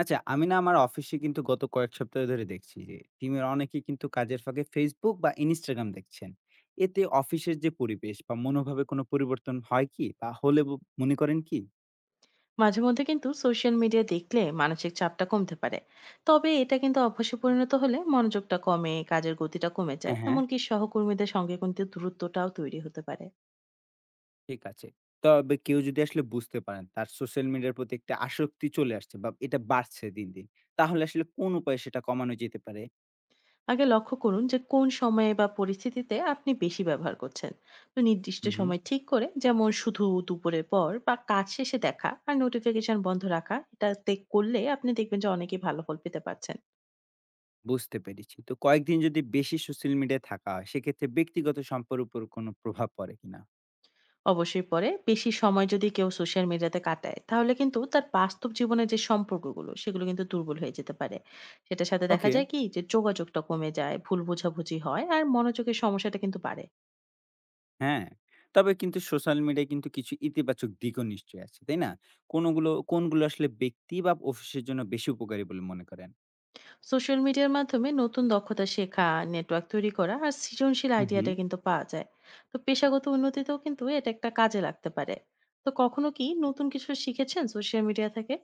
আচ্ছা, আমি না আমার অফিসে কিন্তু গত কয়েক সপ্তাহ ধরে দেখছি যে টিমের অনেকেই কিন্তু কাজের ফাঁকে Facebook বা Instagram দেখছেন। এতে অফিসের যে পরিবেশ বা মনোভাবে কোনো পরিবর্তন হয় কি বা হলে ব মনে করেন কি? মাঝে মধ্যে কিন্তু সোশ্যাল মিডিয়া দেখলে মানসিক চাপটা কমতে পারে। তবে এটা কিন্তু অভ্যাসে পরিণত হলে মনোযোগটা কমে কাজের গতিটা কমে যায়, হ্যাঁ, হ্যাঁ। এমনকি সহকর্মীদের সঙ্গে কিন্তু দূরত্বটাও তৈরি হতে পারে। ঠিক আছে। তবে কেউ যদি আসলে বুঝতে পারেন তার সোশ্যাল মিডিয়ার প্রতি একটা আসক্তি চলে আসছে বা এটা বাড়ছে দিন, দিন। তাহলে আসলে কোন উপায়ে সেটা কমানো যেতে পারে? আগে লক্ষ্য করুন যে কোন সময়ে বা পরিস্থিতিতে আপনি বেশি ব্যবহার করছেন। তো নির্দিষ্ট হুম, হুম। সময় ঠিক করে, যেমন শুধু দুপুরের পর বা কাজ শেষে দেখা আর নোটিফিকেশন বন্ধ রাখা, এটাতে করলে আপনি দেখবেন যে অনেকেই ভালো ফল পেতে পারছেন। বুঝতে পেরেছি। তো কয়েকদিন যদি বেশি সোশ্যাল মিডিয়ায় থাকা হয় সেক্ষেত্রে ব্যক্তিগত সম্পর্কের উপর কোনো প্রভাব পড়ে কিনা? অবশ্যই পড়ে। বেশি সময় যদি কেউ সোশ্যাল মিডিয়াতে কাটায়, তাহলে কিন্তু তার বাস্তব জীবনের যে সম্পর্কগুলো, সেগুলো কিন্তু দুর্বল হয়ে যেতে পারে। সেটার সাথে দেখা ওকে। যায় কি যে যোগাযোগটা কমে যায়, ভুল বোঝাবুঝি হয় আর মনোযোগের সমস্যাটা কিন্তু বাড়ে। হ্যাঁ, তবে কিন্তু সোশ্যাল মিডিয়ায় কিন্তু কিছু ইতিবাচক দিকও নিশ্চয়ই আছে, তাই না? কোনগুলো কোনগুলো আসলে ব্যক্তি বা অফিসের জন্য বেশি উপকারী বলে মনে করেন? সোশ্যাল মিডিয়ার মাধ্যমে নতুন দক্ষতা শেখা, নেটওয়ার্ক তৈরি করা আর সৃজনশীল হুম, হুম। আইডিয়াটা কিন্তু পাওয়া যায়। তো পেশাগত উন্নতিতেও কিন্তু এটা একটা কাজে লাগতে পারে। তো কখনো কি নতুন কিছু শিখেছেন সোশ্যাল মিডিয়া থেকে?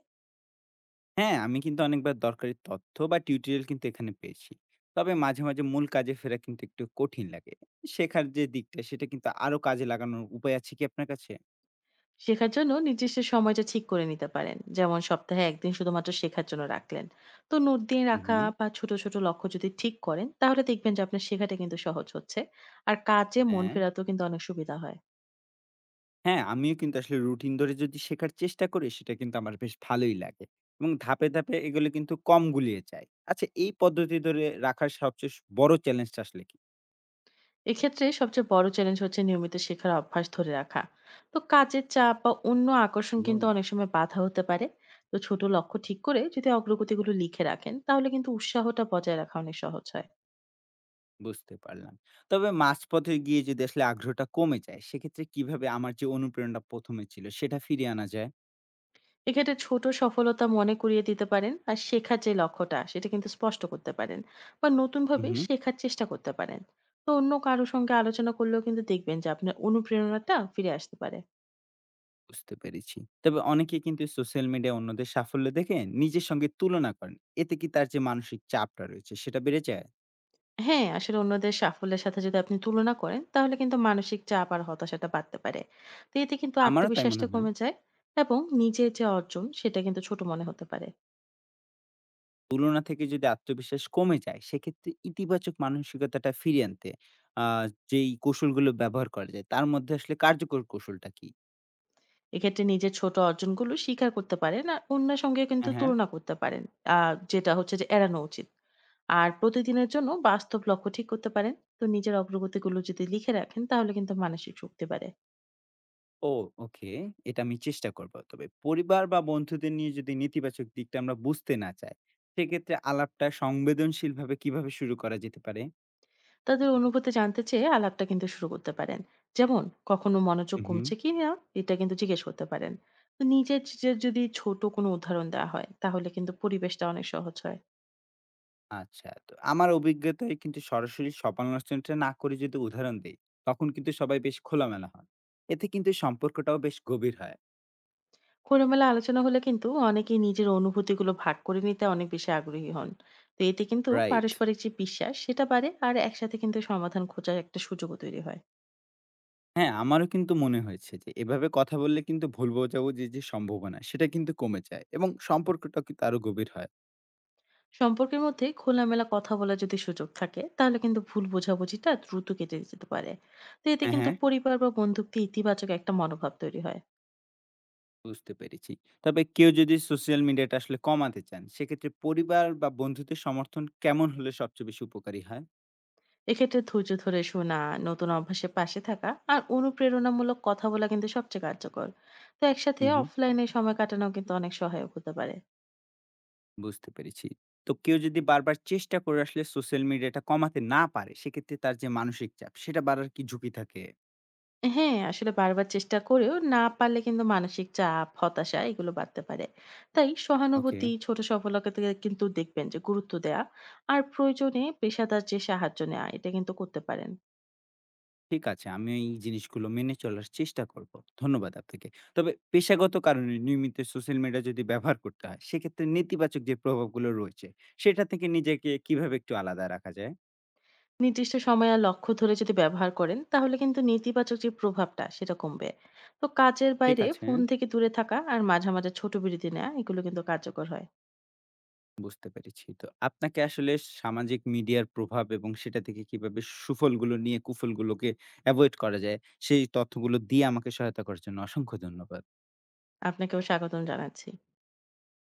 হ্যাঁ, আমি কিন্তু অনেকবার দরকারি তথ্য বা টিউটোরিয়াল কিন্তু এখানে পেয়েছি। তবে মাঝে, মাঝে মূল কাজে ফেরা কিন্তু একটু কঠিন লাগে। শেখার যে দিকটা সেটা কিন্তু আরো কাজে লাগানোর উপায় আছে কি আপনার কাছে? শেখার জন্য নির্দিষ্ট সময়টা ঠিক করে নিতে পারেন, যেমন সপ্তাহে একদিন শুধুমাত্র শেখার জন্য রাখলেন। তো নোট দিয়ে হুম, রাখা হুম। বা ছোট ছোট লক্ষ্য যদি ঠিক করেন তাহলে দেখবেন যে আপনার শেখাটা কিন্তু সহজ হচ্ছে আর কাজে মন হ্যাঁ। ফেরাতেও কিন্তু অনেক সুবিধা হয়। হ্যাঁ, আমিও কিন্তু আসলে রুটিন ধরে যদি শেখার চেষ্টা করি, সেটা কিন্তু আমার বেশ ভালোই লাগে এবং ধাপে, ধাপে এগুলো কিন্তু কম গুলিয়ে যায়। আচ্ছা এই পদ্ধতি ধরে রাখার সবচেয়ে বড় চ্যালেঞ্জটা আসলে কি? এক্ষেত্রে সবচেয়ে বড় চ্যালেঞ্জ হচ্ছে নিয়মিত শেখার অভ্যাস ধরে রাখা। তো কাজের চাপ বা অন্য আকর্ষণ কিন্তু হুম। অনেক সময় বাধা হতে পারে। তো ছোট লক্ষ্য ঠিক করে যদি অগ্রগতিগুলো লিখে রাখেন তাহলে কিন্তু উৎসাহটা বজায় রাখা অনেক সহজ হয়। বুঝতে পারলাম। তবে মাঝপথে গিয়ে যদি আসলে আগ্রহটা কমে যায়, সেক্ষেত্রে কিভাবে আমার যে অনুপ্রেরণা ১ম এ ছিল, সেটা ফিরিয়ে আনা যায়? এক্ষেত্রে ছোট সফলতা মনে করিয়ে দিতে পারেন আর শেখার যে লক্ষ্যটা সেটা কিন্তু স্পষ্ট করতে পারেন, বা নতুন হুম, ভাবে হুম। শেখার চেষ্টা করতে পারেন। তো অন্য কারোর সঙ্গে আলোচনা করলেও কিন্তু দেখবেন যে আপনার অনুপ্রেরণাটা ফিরে আসতে পারে। বুঝতে পেরেছি। তবে অনেকে কিন্তু সোশ্যাল মিডিয়ায় অন্যদের সাফল্য দেখে নিজের সঙ্গে তুলনা করেন। এতে কি তার যে মানসিক চাপটা রয়েছে, সেটা বেড়ে যায়? হ্যাঁ, আসলে অন্যদের সাফল্যের সাথে যদি আপনি তুলনা করেন তাহলে কিন্তু মানসিক চাপ আর হতাশাটা বাড়তে পারে। তো এতে কিন্তু আমারও তাই আত্মবিশ্বাসটা মনে হয়। কমে যায় এবং নিজের যে অর্জন সেটা কিন্তু ছোট মনে হতে পারে। তুলনা থেকে যদি আত্মবিশ্বাস কমে যায়, সেক্ষেত্রে ইতিবাচক মানসিকতাটা ফিরিয়ে আনতে আ যেই কৌশলগুলো ব্যবহার করা যায়, তার মধ্যে আসলে কার্যকর কৌশলটা কি? এক্ষেত্রে নিজের ছোট অর্জনগুলো স্বীকার করতে পারেন আর অন্যের সঙ্গে কিন্তু হ্যাঁ, হ্যাঁ। তুলনা করতে পারেন। যেটা হচ্ছে যে এড়ানো উচিত। আর প্রতিদিনের জন্য বাস্তব লক্ষ্য ঠিক করতে পারেন। তো নিজের অগ্রগতিগুলো যদি লিখে রাখেন তাহলে কিন্তু মানসিক শক্তি বাড়ে। ও ওকে। এটা আমি চেষ্টা করব। তবে পরিবার বা বন্ধুদের নিয়ে যদি নেতিবাচক দিকটা আমরা বুঝতে না চাই, সেক্ষেত্রে আলাপটা সংবেদনশীলভাবে কিভাবে শুরু করা যেতে পারে? তাদের অনুভূতি জানতে চেয়ে আলাপটা কিন্তু শুরু করতে পারেন, যেমন কখনো মনোযোগ হুম, হুম। কমছে কি না, এটা কিন্তু জিজ্ঞেস করতে পারেন। তো যদি ছোট কোনো উদাহরণ দেওয়া হয় তাহলে কিন্তু পরিবেশটা অনেক সহজ হয়। আচ্ছা। তো আমার অভিজ্ঞতায় কিন্তু সরাসরি সমালোচনাটা না করে যদি উদাহরণ দেই, তখন কিন্তু সবাই বেশ খোলামেলা হন। এতে কিন্তু সম্পর্কটাও বেশ গভীর হয়। খোলামেলা আলোচনা হলে কিন্তু অনেকেই নিজের অনুভূতিগুলো ভাগ করে নিতে অনেক বেশি আগ্রহী হন। তো এতে কিন্তু রাইট। পারস্পরিক যে বিশ্বাস সেটা বাড়ে আর একসাথে কিন্তু সমাধান খোঁজার একটা সুযোগও তৈরি হয়। হ্যাঁ, আমারও কিন্তু মনে হয়েছে যে এভাবে কথা বললে কিন্তু ভুল বোঝাবুঝির যে সম্ভাবনা সেটা কিন্তু কমে যায় এবং সম্পর্কটা কিন্তু আরো গভীর হয়। সম্পর্কের মধ্যে খোলামেলা কথা বলার যদি সুযোগ থাকে তাহলে কিন্তু ভুল বোঝাবুঝিটা দ্রুত কেটে যেতে পারে। তো এতে হ্যাঁ, কিন্তু হ্যাঁ, পরিবার বা বন্ধুত্বে ইতিবাচক একটা মনোভাব তৈরি হয়। বুঝতে পেরেছি। তবে কেউ যদি সোশ্যাল মিডিয়াটা আসলে কমাতে চান, সেক্ষেত্রে পরিবার বা বন্ধুদের সমর্থন কেমন হলে সবচেয়ে বেশি উপকারী হয়? এক্ষেত্রে ধৈর্য ধরে শোনা, নতুন অভ্যাসের পাশে থাকা আর অনুপ্রেরণামূলক কথা বলা কিন্তু সবচেয়ে কার্যকর। তো একসাথে হুম, হুম, অফলাইনে সময় কাটানো কিন্তু অনেক সহায়ক হতে পারে। বুঝতে পেরেছি। তো কেউ যদি বারবার চেষ্টা করে আসলে সোশ্যাল মিডিয়াটা কমাতে না পারে, সেক্ষেত্রে তার যে মানসিক চাপ সেটা বাড়ার কি ঝুঁকি থাকে? হ্যাঁ, আসলে বারবার চেষ্টা করেও না পারলে কিন্তু মানসিক চাপ, হতাশা এগুলো বাড়তে পারে। তাই ওকে। সহানুভূতি, ছোট সফলতাকে কিন্তু দেখবেন যে গুরুত্ব দেয়া আর প্রয়োজনে পেশাদার যে সাহায্য নেওয়া এটা কিন্তু করতে পারেন। ঠিক আছে। আমি এই জিনিসগুলো মেনে চলার চেষ্টা করব। ধন্যবাদ আপনাকে। তবে পেশাগত কারণে নিয়মিত সোশ্যাল মিডিয়া যদি ব্যবহার করতে হয়, সেক্ষেত্রে নেতিবাচক যে প্রভাবগুলো রয়েছে, সেটা থেকে নিজেকে কিভাবে একটু আলাদা রাখা যায়? নির্দিষ্ট সময় আর লক্ষ্য ধরে যদি ব্যবহার করেন তাহলে কিন্তু নেতিবাচক যে প্রভাবটা সেটা কমবে। তো কাজের ঠিক বাইরে আছে, ফোন থেকে দূরে থাকা আর মাঝে মাঝে ছোট বিরতি নেওয়া এগুলো কিন্তু কার্যকর হয়। বুঝতে পেরেছি। তো আপনাকে আসলে সামাজিক মিডিয়ার প্রভাব এবং সেটা থেকে কিভাবে সুফলগুলো নিয়ে কুফলগুলোকে এভয়েড করা যায়, সেই তথ্যগুলো দিয়ে আমাকে সহায়তা করার জন্য অসংখ্য ধন্যবাদ। আপনাকেও স্বাগতম জানাচ্ছি।